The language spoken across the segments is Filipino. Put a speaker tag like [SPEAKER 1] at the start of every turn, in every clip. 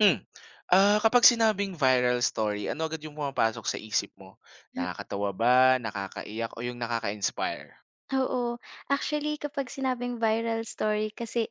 [SPEAKER 1] Hmm. Ah, kapag sinabing viral story, ano agad yung pumapasok sa isip mo? Nakakatawa ba, nakakaiyak, o yung nakaka-inspire?
[SPEAKER 2] Oo. Actually, kapag sinabing viral story kasi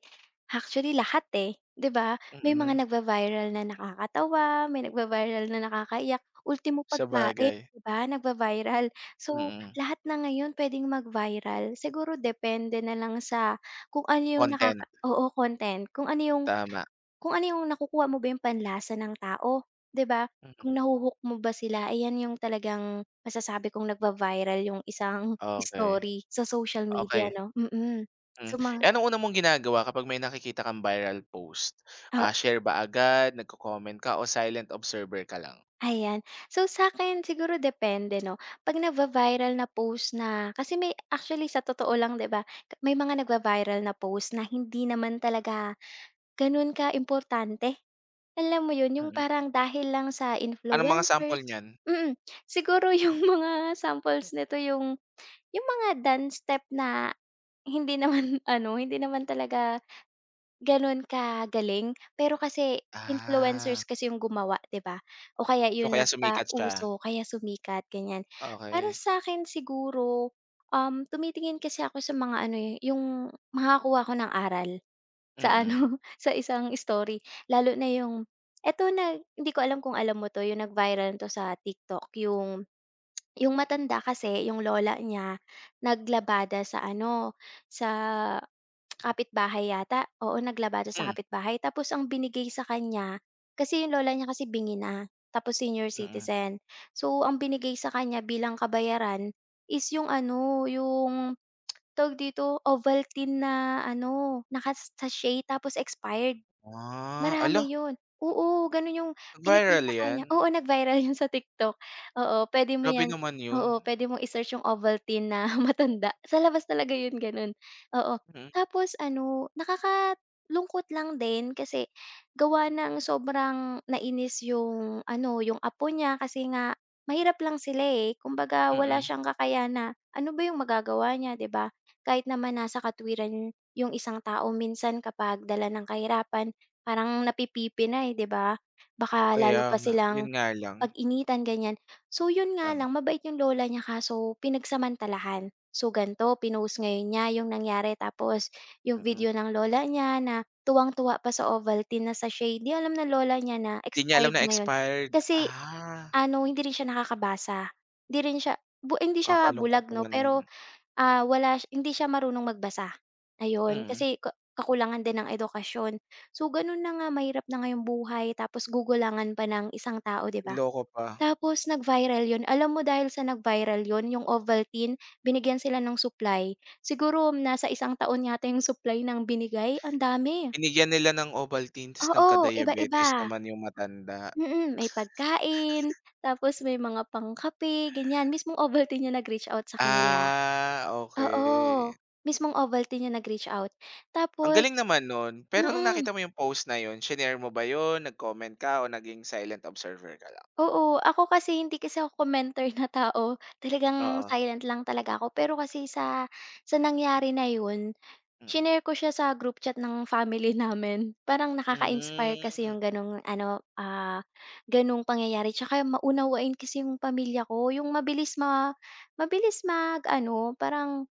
[SPEAKER 2] actually lahat, eh, 'di ba? May
[SPEAKER 1] Mm,
[SPEAKER 2] mga nagva-viral na nakakatawa, may nagva-viral na nakakaiyak, ultimo pagkain,
[SPEAKER 1] sabagay.
[SPEAKER 2] 'di ba, nagva-viral. So,
[SPEAKER 1] Mm.
[SPEAKER 2] lahat na ngayon puwedeng mag-viral. Siguro depende na lang sa kung ano yung
[SPEAKER 1] Content,
[SPEAKER 2] oo, content.
[SPEAKER 1] tama.
[SPEAKER 2] Kung ano yung nakukuha mo ba yung panlasa ng tao, 'di ba?
[SPEAKER 1] Mm,
[SPEAKER 2] Kung mo ba sila, ayan yung talagang masasabi kong nagva-viral yung isang
[SPEAKER 1] Okey,
[SPEAKER 2] story sa social media
[SPEAKER 1] okey.
[SPEAKER 2] 'no.
[SPEAKER 1] Hmm.
[SPEAKER 2] So mga
[SPEAKER 1] Eh, anong una mong ginagawa kapag may nakikita kang viral post?
[SPEAKER 2] O,
[SPEAKER 1] Ah, share ba agad, nagko-comment ka, o silent observer ka lang?
[SPEAKER 2] ayan. So sa akin siguro depende 'no, 'pag nagva-viral na post na kasi may actually sa totoo lang 'di ba, may mga nagva-viral na post na hindi naman talaga ka importante. Alam mo yun, yung
[SPEAKER 1] Mm.
[SPEAKER 2] parang dahil lang sa
[SPEAKER 1] Anong mga sample
[SPEAKER 2] influencers.
[SPEAKER 1] niyan?
[SPEAKER 2] mm. Siguro yung mga samples nito yung mga dance step na hindi naman ano, hindi naman talaga gano'n kagaling, pero kasi influencers
[SPEAKER 1] Ah,
[SPEAKER 2] kasi yung gumawa, 'di ba? O kaya
[SPEAKER 1] so
[SPEAKER 2] yung
[SPEAKER 1] kaya sumikat siya.
[SPEAKER 2] nagpauso, kaya sumikat, ganyan. Para
[SPEAKER 1] Okey.
[SPEAKER 2] sa'kin siguro, tumitingin kasi ako sa mga ano, eh, yung makakakuha ako ng aral. Sa ano,
[SPEAKER 1] Mm.
[SPEAKER 2] sa isang story. Lalo na yung eto na hindi ko alam kung alam mo 'to, yung nag-viral 'to sa TikTok, yung matanda kasi, yung lola niya, naglabada sa ano, sa kapitbahay yata. Oo, naglabada sa
[SPEAKER 1] Hmm,
[SPEAKER 2] kapitbahay. Tapos ang binigay sa kanya kasi yung lola niya kasi bingi na, tapos senior
[SPEAKER 1] mm.
[SPEAKER 2] citizen. So, ang binigay sa kanya bilang kabayaran is yung ano, yung tawag dito, Ovaltine na ano, naka-sachet tapos expired.
[SPEAKER 1] Ah, hala.
[SPEAKER 2] Marami 'yun. Oo, gano'n 'yung
[SPEAKER 1] Viral
[SPEAKER 2] pinakita
[SPEAKER 1] 'yan?
[SPEAKER 2] kanya, oo, nag-viral 'yun sa TikTok. Oo, pwede mo
[SPEAKER 1] Grabe
[SPEAKER 2] 'yan,
[SPEAKER 1] naman 'yun.
[SPEAKER 2] oo, pwede mong i-search 'yung Ovaltine na matanda. Sa labas talaga 'yun gano'n, oo.
[SPEAKER 1] Mm,
[SPEAKER 2] Tapos ano, nakakalungkot lang din kasi gawa ng sobrang nainis 'yung ano, 'yung apo niya kasi nga mahirap lang sila, eh. Kumbaga wala
[SPEAKER 1] mm.
[SPEAKER 2] siyang kakayana, ano ba 'yung magagawa niya, 'di ba? Kahit naman nasa katwiran 'yung isang tao minsan kapag dala ng kahirapan, parang napipipi na, eh, 'di ba? Baka lalo
[SPEAKER 1] Kaya
[SPEAKER 2] pa
[SPEAKER 1] nga,
[SPEAKER 2] silang
[SPEAKER 1] 'yun nga lang,
[SPEAKER 2] pag-initan, ganyan. So, yun nga
[SPEAKER 1] tama,
[SPEAKER 2] lang, mabait yung lola niya kaso pinagsamantalahan. So, gan'to, pinost ngayon niya yung nangyari tapos yung
[SPEAKER 1] mm.
[SPEAKER 2] video ng lola niya na tuwang-tuwa pa sa Ovaltine na sachet, 'di alam na lola niya na
[SPEAKER 1] 'Di niya alam
[SPEAKER 2] expired
[SPEAKER 1] na
[SPEAKER 2] na yun.
[SPEAKER 1] expired,
[SPEAKER 2] Kasi
[SPEAKER 1] ah,
[SPEAKER 2] ano, hindi rin siya nakakabasa, hindi rin siya hindi siya
[SPEAKER 1] kakalungkot
[SPEAKER 2] bulag 'no,
[SPEAKER 1] naman 'yun.
[SPEAKER 2] pero Ah, wala siya hindi siya marunong magbasa, ayun.
[SPEAKER 1] Mm,
[SPEAKER 2] Kasi kakulangan din ng edukasyon. So, gano'n na nga, mahirap na nga yung buhay tapos gugulangan pa ng isang tao, 'di ba?
[SPEAKER 1] niloko pa.
[SPEAKER 2] Tapos nag-viral 'yun. Alam mo dahil sa nag-viral 'yun, yung Ovaltine, binigyan sila ng supply. Siguro nasa isang taon yata yung supply ng binigay, ang dami.
[SPEAKER 1] Binigyan nila ng Ovaltine ta's
[SPEAKER 2] Oo, iba-iba.
[SPEAKER 1] nagka-diabetes naman yung matanda.
[SPEAKER 2] May pagkain, tapos may mga pangkape, ganiyan. Mismong Ovaltine yung nag-reach out sa kanila.
[SPEAKER 1] Ah, okey.
[SPEAKER 2] Oo, mismong Ovaltine yung nag-reach out.
[SPEAKER 1] Ang
[SPEAKER 2] Tapos
[SPEAKER 1] galing naman nun, pero nung nakita
[SPEAKER 2] mm,
[SPEAKER 1] mo yung post na 'yun, shinare mo ba 'yun, nag-comment ka o naging silent observer ka lang?
[SPEAKER 2] oo. Ako kasi hindi kasi ako commenter na tao, talagang
[SPEAKER 1] Oo,
[SPEAKER 2] silent lang talaga ako. Pero kasi sa nangyari na yun,
[SPEAKER 1] mm.
[SPEAKER 2] shinare ko siya sa group chat ng family namin. Parang nakaka-inspire kasi
[SPEAKER 1] Hmm,
[SPEAKER 2] yung gano'ng ano, gano'ng pangyayari. Tsaka maunawain kasi yung pamilya ko, yung mabilis mag-ano, parang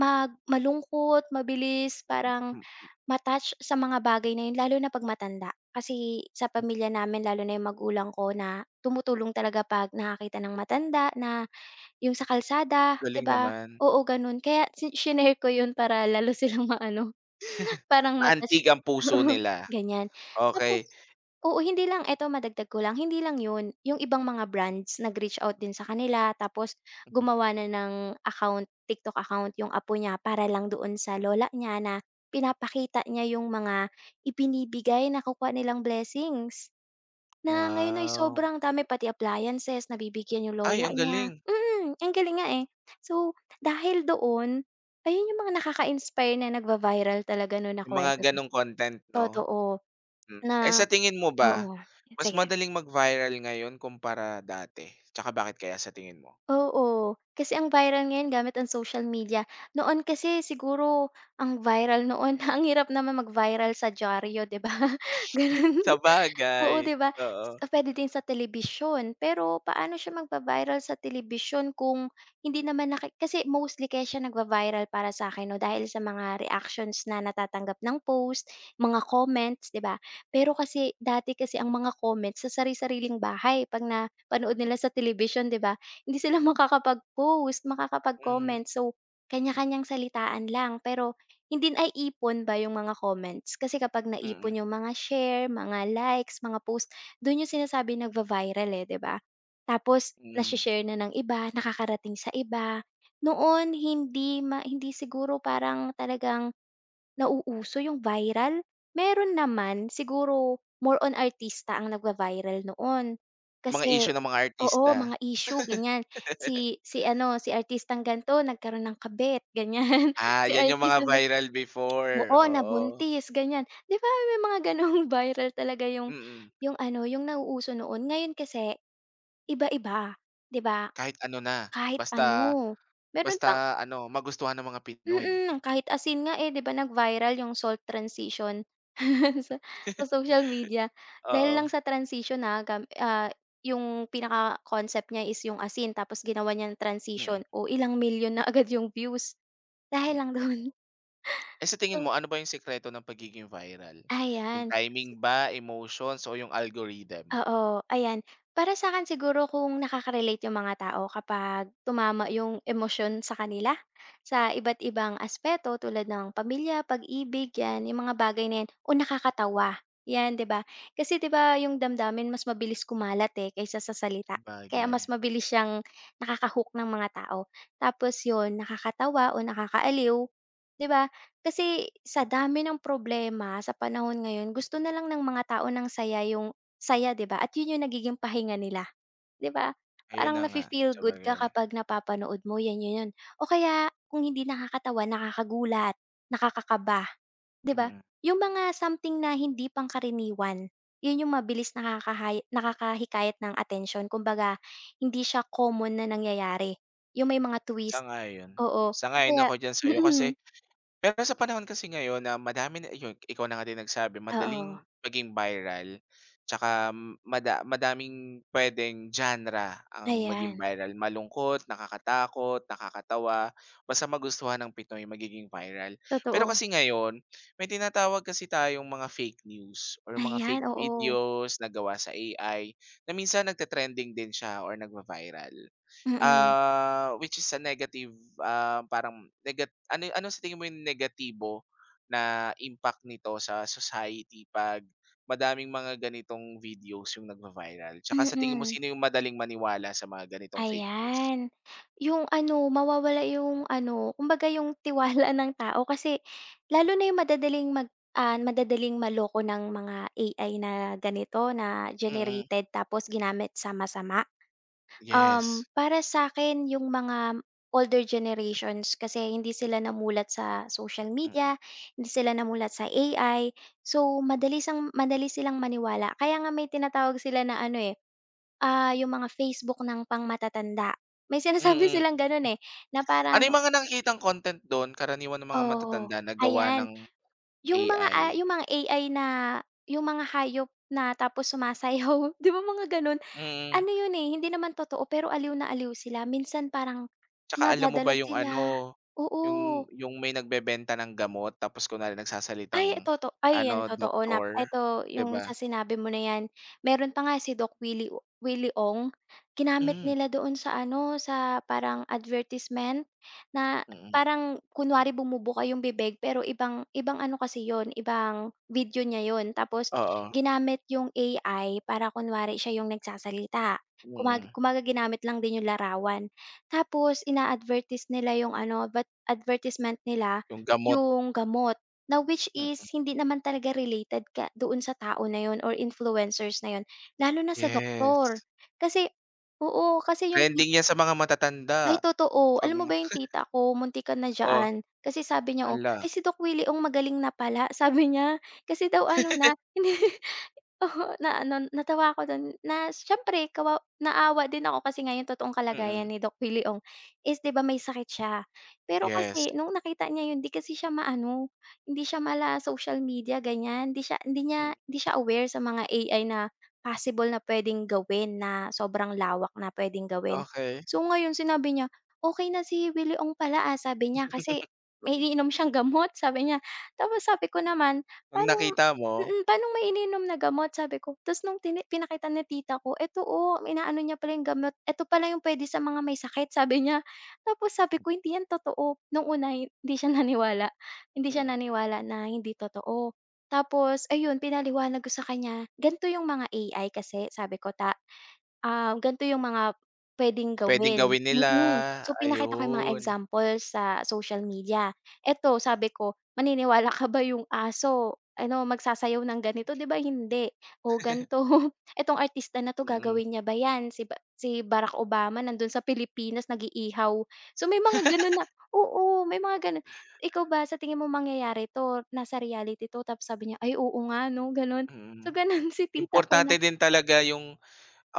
[SPEAKER 2] malungkot, mabilis, parang
[SPEAKER 1] mm, mm.
[SPEAKER 2] ma-touch sa mga bagay na 'yun lalo na 'pag matanda. Kasi sa pamilya namin lalo na 'yung magulang ko na tumutulong talaga 'pag nakakita ng matanda na yung sa kalsada, 'di
[SPEAKER 1] Galing
[SPEAKER 2] ba?
[SPEAKER 1] naman.
[SPEAKER 2] Oo, gano'n. Kaya shinare ko 'yun para lalo silang maano, parang ma-touch,
[SPEAKER 1] Maantig ang puso
[SPEAKER 2] oo,
[SPEAKER 1] nila,
[SPEAKER 2] ganyan.
[SPEAKER 1] okey.
[SPEAKER 2] Tapos oo, hindi lang eto, madagdag ko lang, hindi lang 'yun, yung ibang mga brands nag-reach out din sa kanila tapos
[SPEAKER 1] Mhm,
[SPEAKER 2] gumawa na ng account, TikTok account yung apo niya para lang doon sa lola niya na pinapakita niya yung mga ibinibigay, nakukuha nilang blessings. Na ngayon ay
[SPEAKER 1] wow.
[SPEAKER 2] sobrang dami, pati appliances nabibigyan yung
[SPEAKER 1] Ay,
[SPEAKER 2] lola
[SPEAKER 1] ang
[SPEAKER 2] niya,
[SPEAKER 1] galing.
[SPEAKER 2] ang galing nga, eh. So, dahil doon, ayun yung mga nakaka-inspire na nagva-viral talaga nun na
[SPEAKER 1] Yung mga
[SPEAKER 2] kuwento sa
[SPEAKER 1] gano'ng content 'no?
[SPEAKER 2] totoo
[SPEAKER 1] Hmm, eh,
[SPEAKER 2] na.
[SPEAKER 1] sa tingin mo ba,
[SPEAKER 2] Oo,
[SPEAKER 1] mas
[SPEAKER 2] sige.
[SPEAKER 1] madaling mag-viral ngayon kumpara dati? Tsaka bakit kaya sa tingin mo?
[SPEAKER 2] Oo, kasi ang viral ngayon gamit ang social media. Noon kasi siguro ang viral noon ang hirap naman mag-viral sa dyaryo, 'di ba? Ganun.
[SPEAKER 1] Sabagay,
[SPEAKER 2] Oo, 'di ba?
[SPEAKER 1] oo.
[SPEAKER 2] Puwede din sa telebisyon, pero paano siya magva-viral sa telebisyon kung hindi naman naki kasi mostly kaya siya nagva-viral para sa'kin 'no, dahil sa mga reactions na natatanggap ng post, mga comments, 'di ba? Pero kasi dati kasi ang mga comments sa sari-sariling bahay 'pag na panood nila sa telebisyon, 'di ba? Hindi sila makakapag-post,
[SPEAKER 1] Mhm,
[SPEAKER 2] makakapag-comment. So, kanya-kanyang salitaan lang pero hindi ay ipon ba yung mga comments kasi kapag
[SPEAKER 1] mm,
[SPEAKER 2] naipon yung mga share, mga likes, mga post, doon yung sinasabi nagva-viral, eh, 'di ba? Tapos
[SPEAKER 1] mm.
[SPEAKER 2] nashi-share na ng iba, nakakarating sa iba. Noon hindi siguro parang talagang nauuso yung viral. Meron naman, siguro more on artista ang nagva-viral noon.
[SPEAKER 1] Yung mga
[SPEAKER 2] Kasi
[SPEAKER 1] issue ng mga
[SPEAKER 2] oo,
[SPEAKER 1] artista.
[SPEAKER 2] mga issue ganyan. Si si ano, si artistang ganto nagkaroon ng kabit, ganyan.
[SPEAKER 1] Ah,
[SPEAKER 2] Si
[SPEAKER 1] 'yan yung mga
[SPEAKER 2] artistang
[SPEAKER 1] viral before,
[SPEAKER 2] oo,
[SPEAKER 1] oo.
[SPEAKER 2] nabuntis, ganyan. 'Di ba may mga gano'ng viral talaga yung
[SPEAKER 1] Mm,
[SPEAKER 2] ano, yung nauuso noon. Ngayon kasi iba-iba, 'di ba?
[SPEAKER 1] kahit ano na,
[SPEAKER 2] Kahit
[SPEAKER 1] basta
[SPEAKER 2] ano, meron
[SPEAKER 1] basta
[SPEAKER 2] pang
[SPEAKER 1] ano, magustuhan ng mga Pinoy.
[SPEAKER 2] kahit asin nga, eh, 'di ba nag-viral yung salt transition sa social media. Dahil
[SPEAKER 1] Oo,
[SPEAKER 2] lang sa transition, yung pinaka-concept niya is yung asin tapos ginawa niyang transition.
[SPEAKER 1] mm.
[SPEAKER 2] Oh, ilang million na agad yung views dahil lang do'n.
[SPEAKER 1] Eh, sa tingin mo
[SPEAKER 2] So,
[SPEAKER 1] ano ba yung sikreto ng pagiging viral? Yung
[SPEAKER 2] ayan.
[SPEAKER 1] timing ba, emotions, o yung algorithm?
[SPEAKER 2] Oo, ayan. Para sa'kin siguro kung nakaka-relate yung mga tao kapag tumama yung emosyon sa kanila, sa iba't ibang aspeto tulad ng pamilya, pag-ibig, 'yan, yung mga bagay na 'yan o nakakatawa, 'yan, 'di ba? Kasi 'di ba yung damdamin mas mabilis kumalat, eh, kaysa sa salita. Kaya
[SPEAKER 1] Sabagay,
[SPEAKER 2] mas mabilis siyang ng mga tao. Tapos 'yun, nakakatawa o nakakaaliw, 'di ba? Kasi sa dami ng problema sa panahon ngayon, gusto na lang ng mga tao ng saya, yung saya, 'di ba, at yun yung nagiging pahinga nila, 'di ba?
[SPEAKER 1] ayun na
[SPEAKER 2] Parang
[SPEAKER 1] nga,
[SPEAKER 2] nafe-feel good ka
[SPEAKER 1] sabagay.
[SPEAKER 2] kapag napapanood mo, yan yun yun. O kaya kung hindi nakakatawa, nakakagulat, nakakakaba, 'di ba?
[SPEAKER 1] Mm,
[SPEAKER 2] Yung mga something na hindi pangkaraniwan, yun yung mabilis nakakahikayat ng atensyon. Kumbaga hindi siya common na nangyayari, yung may mga twist,
[SPEAKER 1] sang-ayon.
[SPEAKER 2] oo. O
[SPEAKER 1] Sang-ayon
[SPEAKER 2] kaya
[SPEAKER 1] ako diyan sa'yo kasi
[SPEAKER 2] mm,
[SPEAKER 1] pero sa panahon kasi ngayon na madami na ayun, ikaw na nga din nagsabi
[SPEAKER 2] oo,
[SPEAKER 1] madaling maging viral, tsaka mada madaming puwedeng genre ang maging
[SPEAKER 2] ayan,
[SPEAKER 1] viral, malungkot, nakakatakot, nakakatawa, basta magustuhan ng Pinoy magiging viral. Pero
[SPEAKER 2] totoo.
[SPEAKER 1] kasi ngayon, may tinatawag kasi tayong mga fake news or mga
[SPEAKER 2] Ayan,
[SPEAKER 1] fake
[SPEAKER 2] oo,
[SPEAKER 1] videos na gawa sa AI na minsan nagte-trending din siya or nagva-viral.
[SPEAKER 2] mm,
[SPEAKER 1] Ah, which is a negative, ah, parang negat ano ano sa tingin mo yung negatibo na impact nito sa society 'pag madaming mga ganitong videos yung nagva-viral? Tsaka sa tingin mo
[SPEAKER 2] mm.
[SPEAKER 1] sino yung madaling maniwala sa mga ganitong fake news?
[SPEAKER 2] Ayan, yung ano mawawala yung ano, kumbaga yung tiwala ng tao kasi lalo na yung madadaling madadaling maloko ng mga AI na ganito na
[SPEAKER 1] Mm,
[SPEAKER 2] generated tapos ginamit sa masama.
[SPEAKER 1] yes.
[SPEAKER 2] Para sa akin yung mga older generations kasi hindi sila namulat sa social
[SPEAKER 1] Mm,
[SPEAKER 2] media, hindi sila namulat sa AI, so madali silang maniwala kaya nga may tinatawag sila na ano, eh, yung mga Facebook ng pangmatatanda. May sinasabi
[SPEAKER 1] mm.
[SPEAKER 2] silang gano'n, eh, na
[SPEAKER 1] Ano
[SPEAKER 2] parang
[SPEAKER 1] yung mga nakikitang content dun karaniwan ng mga
[SPEAKER 2] oo,
[SPEAKER 1] matatanda na gawa
[SPEAKER 2] ayan.
[SPEAKER 1] ng AI?
[SPEAKER 2] Yung mga AI na yung mga hayop na tapos sumasayaw, 'di ba mga gano'n?
[SPEAKER 1] Mm.
[SPEAKER 2] Ano yun, eh, hindi naman totoo pero aliw na aliw sila minsan parang
[SPEAKER 1] Tsaka alam mo ba
[SPEAKER 2] nadadala
[SPEAKER 1] yung
[SPEAKER 2] sila,
[SPEAKER 1] ano,
[SPEAKER 2] oo.
[SPEAKER 1] yung may nagbebenta ng gamot tapos kunwari
[SPEAKER 2] Ay
[SPEAKER 1] nagsasalitang
[SPEAKER 2] toto ay
[SPEAKER 1] ano,
[SPEAKER 2] yan totoo, na
[SPEAKER 1] doktor,
[SPEAKER 2] eto
[SPEAKER 1] 'di
[SPEAKER 2] yung
[SPEAKER 1] ba?
[SPEAKER 2] sa sinabi mo na yan, meron pa nga si Doc Willie Willie Ong, ginamit
[SPEAKER 1] Hmm,
[SPEAKER 2] nila doon sa ano, sa parang advertisement na
[SPEAKER 1] mm.
[SPEAKER 2] parang kunwari bumubuka yung bibig pero ibang ibang ano kasi yun, ibang video niya yun tapos
[SPEAKER 1] Oo,
[SPEAKER 2] ginamit yung AI para kunwari siya yung nagsasalita. Kumbaga
[SPEAKER 1] mm.
[SPEAKER 2] kumbaga ginamit lang din yung larawan. Tapos ina-advertise nila yung ano, advertisement nila
[SPEAKER 1] Yung gamot,
[SPEAKER 2] yung gamot. Na which is
[SPEAKER 1] mm,
[SPEAKER 2] hindi naman talaga related ka doon sa tao na yon or influencers na yun, lalo na sa doktor.
[SPEAKER 1] yes.
[SPEAKER 2] Kasi oo, kasi yung tit
[SPEAKER 1] Trending 'yan sa mga
[SPEAKER 2] ay
[SPEAKER 1] matatanda
[SPEAKER 2] totoo.
[SPEAKER 1] 'pag
[SPEAKER 2] Alam mo ba yung tita ko muntikan na
[SPEAKER 1] oh,
[SPEAKER 2] diyaan, kasi sabi niya, oh,
[SPEAKER 1] hala,
[SPEAKER 2] "Ay si Doc Willie, oh, magaling na pala." Sabi niya. Kasi daw ano na hindi. Oo, na ano, natawa ako dun na siyempre naawa din ako kasi nga yung totoong kalagayan
[SPEAKER 1] mm,
[SPEAKER 2] ni Doc Willie Ong is 'di ba may sakit siya. Pero
[SPEAKER 1] yes.
[SPEAKER 2] kasi nung nakita niya yun 'di kasi siya maano, hindi siya mala-social media, ganyan,
[SPEAKER 1] Mm,
[SPEAKER 2] hindi siya aware sa mga AI na possible na puwedeng gawin, na sobrang lawak na puwedeng gawin.
[SPEAKER 1] okey.
[SPEAKER 2] So ngayon sinabi niya, "Okey na si Willie Ong pala, ah," sabi niya kasi may iniinom siyang gamot sabi niya. Tapos sabi ko naman,
[SPEAKER 1] 'Pag
[SPEAKER 2] "Paano?"
[SPEAKER 1] nakita mo,
[SPEAKER 2] "Paanong may ininom na gamot?" Sabi ko. Tapos nung pinakita ni tita ko, "Eto, oh, inaano niya pala yung gamot, eto pala yung puwede sa mga may sakit," sabi niya. Tapos sabi ko, "Hindi yan totoo." Nung una hindi siya naniwala. Hindi siya
[SPEAKER 1] mm,
[SPEAKER 2] naniwala na hindi totoo. Tapos ayun, pinaliwanag ko sa kanya, "Ganito yung mga AI kasi," sabi ko, " ganito yung mga puwedeng
[SPEAKER 1] puwedeng
[SPEAKER 2] gawin.
[SPEAKER 1] gawin nila,
[SPEAKER 2] Mm. So, pinakita ko yung mga
[SPEAKER 1] ayun.
[SPEAKER 2] examples sa social media. Eto sabi ko, "Maniniwala ka ba yung aso, ano, magsasayaw ng ganito? 'Di ba hindi. O ganito, etong artista na 'to
[SPEAKER 1] Mm,
[SPEAKER 2] gagawin niya ba 'yan? Si si Barack Obama nandun sa Pilipinas nag-iihaw." So, may mga gano'n na, oo, may mga gano'n. "Ikaw ba sa tingin mo mangyayari 'to, nasa reality 'to?" Tapos sabi niya, "Ay oo nga 'no," gano'n.
[SPEAKER 1] mm.
[SPEAKER 2] So, gano'n si tita ko
[SPEAKER 1] Importante
[SPEAKER 2] na
[SPEAKER 1] din talaga yung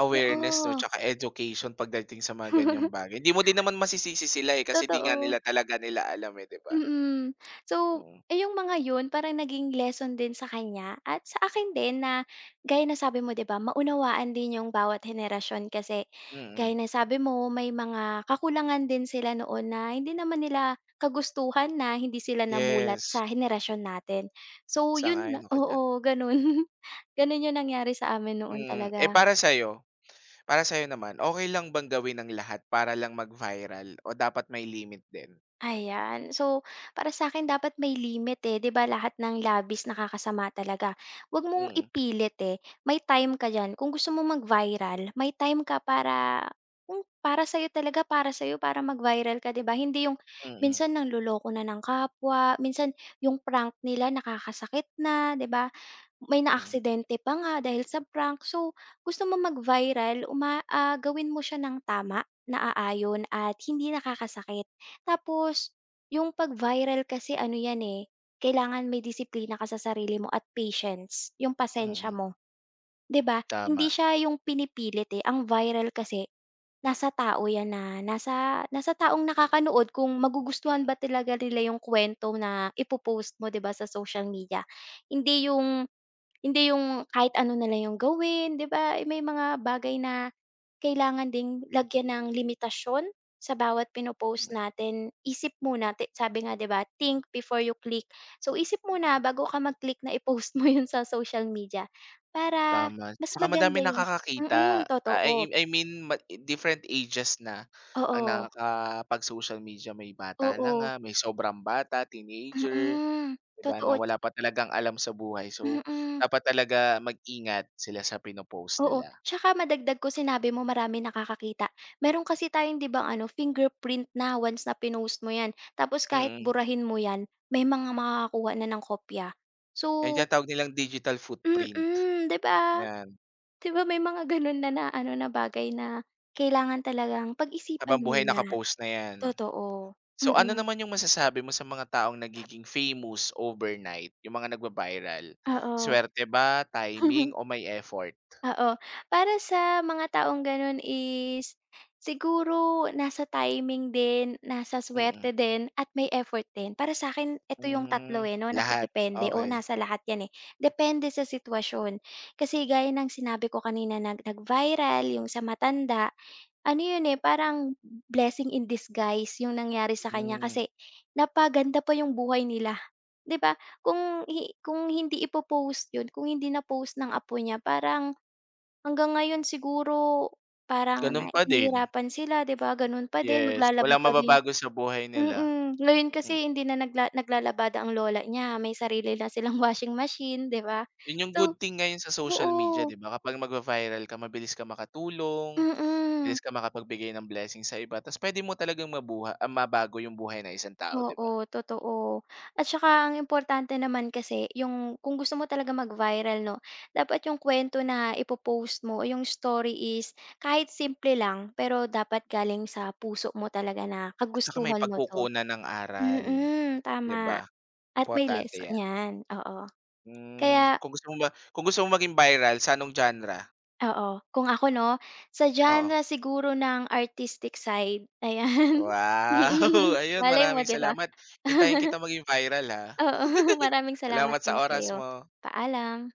[SPEAKER 1] awareness 'no,
[SPEAKER 2] oo.
[SPEAKER 1] tsaka education pagdating sa mga ganyang bagay. Hindi mo din naman masisisi sila, eh, kasi 'di nga
[SPEAKER 2] Totoo,
[SPEAKER 1] nila talaga nila alam, eh, 'di ba?
[SPEAKER 2] mm. So,
[SPEAKER 1] Mm,
[SPEAKER 2] yung mga yun parang naging lesson din sa kanya at sa akin din na gaya ng sabi mo 'di ba, maunawaan din yung bawat henerasyon kasi gaya
[SPEAKER 1] mm.
[SPEAKER 2] ng sabi mo may mga kakulangan din sila noon na hindi naman nila kagustuhan na hindi sila namulat
[SPEAKER 1] Yes,
[SPEAKER 2] sa henerasyon natin. So yun na
[SPEAKER 1] sang-ayon ako diyan.
[SPEAKER 2] oo, ganun. Ganun yung nangyari sa amin noon
[SPEAKER 1] Mm. Eh,
[SPEAKER 2] talaga.
[SPEAKER 1] para sa'yo naman, okey lang bang gawin ang lahat para lang mag-viral o dapat may limit din?
[SPEAKER 2] Ayan. So, para sa akin dapat may limit, eh. 'Di ba lahat ng labis nakakasama talaga. Huwag mong
[SPEAKER 1] Mm,
[SPEAKER 2] ipilit, eh. May time ka dyan. Kung gusto mo mag-viral, may time ka para kung para sa'yo talaga, para sa'yo, para mag-viral ka, 'di ba? Hindi yung
[SPEAKER 1] mm,
[SPEAKER 2] minsan nangloloko na ng kapwa, minsan yung prank nila nakakasakit na, 'di ba? May
[SPEAKER 1] mm,
[SPEAKER 2] naaksidente pa nga dahil sa prank. So, gusto mo mag-viral, gawin mo siya ng tama, naaayon at hindi nakakasakit. Tapos, yung pag-viral kasi ano yan eh, kailangan may disiplina ka sa sarili mo at patience, yung pasensya
[SPEAKER 1] mm.
[SPEAKER 2] mo. 'Di ba? Hindi
[SPEAKER 1] Tama,
[SPEAKER 2] siya yung pinipilit eh. Ang viral kasi, nasa tao yan na, nasa taong nakakanood kung magugustuhan ba talaga nila yung kwento na ipopost mo, 'di ba, sa social media. Hindi yung hindi yung kahit ano na lang yung gawin, 'di ba? Eh, may mga bagay na kailangan ding lagyan ng limitasyon sa bawat pino
[SPEAKER 1] mm.
[SPEAKER 2] natin. Isip muna, sabi nga 'di ba, "Think before you click." So, isip muna bago ka mag-click na i-post mo yun sa social media para
[SPEAKER 1] Tama,
[SPEAKER 2] mas
[SPEAKER 1] tsaka
[SPEAKER 2] maganda
[SPEAKER 1] madaming
[SPEAKER 2] yung
[SPEAKER 1] nakakakita.
[SPEAKER 2] mm,
[SPEAKER 1] Ah, I
[SPEAKER 2] totoo.
[SPEAKER 1] I mean ma different ages na ang
[SPEAKER 2] Oo,
[SPEAKER 1] nakakapag-social media. May bata na nga,
[SPEAKER 2] oo,
[SPEAKER 1] may sobrang bata, teenager,
[SPEAKER 2] mm,
[SPEAKER 1] 'di ba, na
[SPEAKER 2] totoo,
[SPEAKER 1] wala pa talagang alam sa buhay. So,
[SPEAKER 2] mm.
[SPEAKER 1] dapat talaga mag-ingat sila sa pino-post
[SPEAKER 2] Oo,
[SPEAKER 1] nila.
[SPEAKER 2] tsaka madagdag ko sinabi mo marami nakakakita. Meron kasi tayong 'di ba ano, fingerprint na once na pinost mo 'yan, tapos kahit
[SPEAKER 1] Mm,
[SPEAKER 2] burahin mo 'yan, may mga makakakuha na ng kopya. So
[SPEAKER 1] yan yung tinatawag nilang digital footprint,
[SPEAKER 2] mm, 'di ba?
[SPEAKER 1] 'yan.
[SPEAKER 2] 'Di ba may mga gano'n na na ano na bagay na kailangan talagang
[SPEAKER 1] Habang
[SPEAKER 2] pag-isipan
[SPEAKER 1] buhay
[SPEAKER 2] muna,
[SPEAKER 1] naka-post na 'yan.
[SPEAKER 2] totoo.
[SPEAKER 1] So, ano
[SPEAKER 2] Mm,
[SPEAKER 1] naman yung masasabi mo sa mga taong nagiging famous overnight, yung mga nagva-viral?
[SPEAKER 2] oo.
[SPEAKER 1] Swerte ba, timing o may effort?
[SPEAKER 2] Oo. Para sa mga taong gano'n is siguro nasa timing din, nasa
[SPEAKER 1] Mm.
[SPEAKER 2] suwerte din, at may effort din. Para sa akin ito yung
[SPEAKER 1] Hmm,
[SPEAKER 2] tatlo, eh, 'no,
[SPEAKER 1] lahat,
[SPEAKER 2] nakadepende o
[SPEAKER 1] okey.
[SPEAKER 2] nasa lahat 'yan, eh. Depende sa sitwasyon. Kasi gaya ng sinabi ko kanina nag-viral yung sa matanda, ano 'yun, eh, parang blessing in disguise yung nangyari sa kanya
[SPEAKER 1] Hmm,
[SPEAKER 2] kasi napaganda pa yung buhay nila, 'di ba? Kung hindi ipo-post 'yun, kung hindi na-post ng apo niya parang hanggang ngayon siguro parang
[SPEAKER 1] gano'n pa din.
[SPEAKER 2] nahihirapan sila 'di ba, gano'n pa din
[SPEAKER 1] Yes,
[SPEAKER 2] maglalaba
[SPEAKER 1] walang
[SPEAKER 2] pa din
[SPEAKER 1] mababago sa buhay nila.
[SPEAKER 2] mm. Ngayon
[SPEAKER 1] Hmm,
[SPEAKER 2] kasi hindi na naglalabada ang lola niya may sarili na silang washing machine 'di ba?
[SPEAKER 1] 'yun yung good
[SPEAKER 2] So
[SPEAKER 1] thing ngayon sa social media
[SPEAKER 2] oo,
[SPEAKER 1] 'di ba, kapag magva-viral ka mabilis ka makatulong, mabilis
[SPEAKER 2] mm.
[SPEAKER 1] ka makapagbigay ng blessing sa iba ta's puwede mo talagang mabuha ah, mabago yung buhay ng isang tao 'di ba?
[SPEAKER 2] Oo, totoo. At saka ang importante naman kasi yung kung gusto mo talaga mag-viral 'no, dapat yung kuwento na ipo-post mo o yung story is kahit simple lang pero dapat galing sa puso mo talaga na
[SPEAKER 1] At saka may
[SPEAKER 2] kagustuhan mo 'to.
[SPEAKER 1] pagkukunan ng aral,
[SPEAKER 2] Mm,
[SPEAKER 1] 'di ba?
[SPEAKER 2] tama. At may
[SPEAKER 1] Importante
[SPEAKER 2] lesson
[SPEAKER 1] 'yan.
[SPEAKER 2] 'yan, oo.
[SPEAKER 1] Hmm,
[SPEAKER 2] Kaya
[SPEAKER 1] kung gusto mo ma kung gusto mong maging viral, sa anong genre?
[SPEAKER 2] oo, kung ako 'no, sa
[SPEAKER 1] Oo.
[SPEAKER 2] genre siguro ng artistic side, ayan.
[SPEAKER 1] Wow!
[SPEAKER 2] Mm,
[SPEAKER 1] Ayun,
[SPEAKER 2] malay mo
[SPEAKER 1] maraming
[SPEAKER 2] 'di ba?
[SPEAKER 1] salamat. Hintayin kita maging viral, ha.
[SPEAKER 2] Oo, maraming salamat
[SPEAKER 1] Salamat sa
[SPEAKER 2] din
[SPEAKER 1] oras
[SPEAKER 2] sa'yo.
[SPEAKER 1] mo.
[SPEAKER 2] Paalam.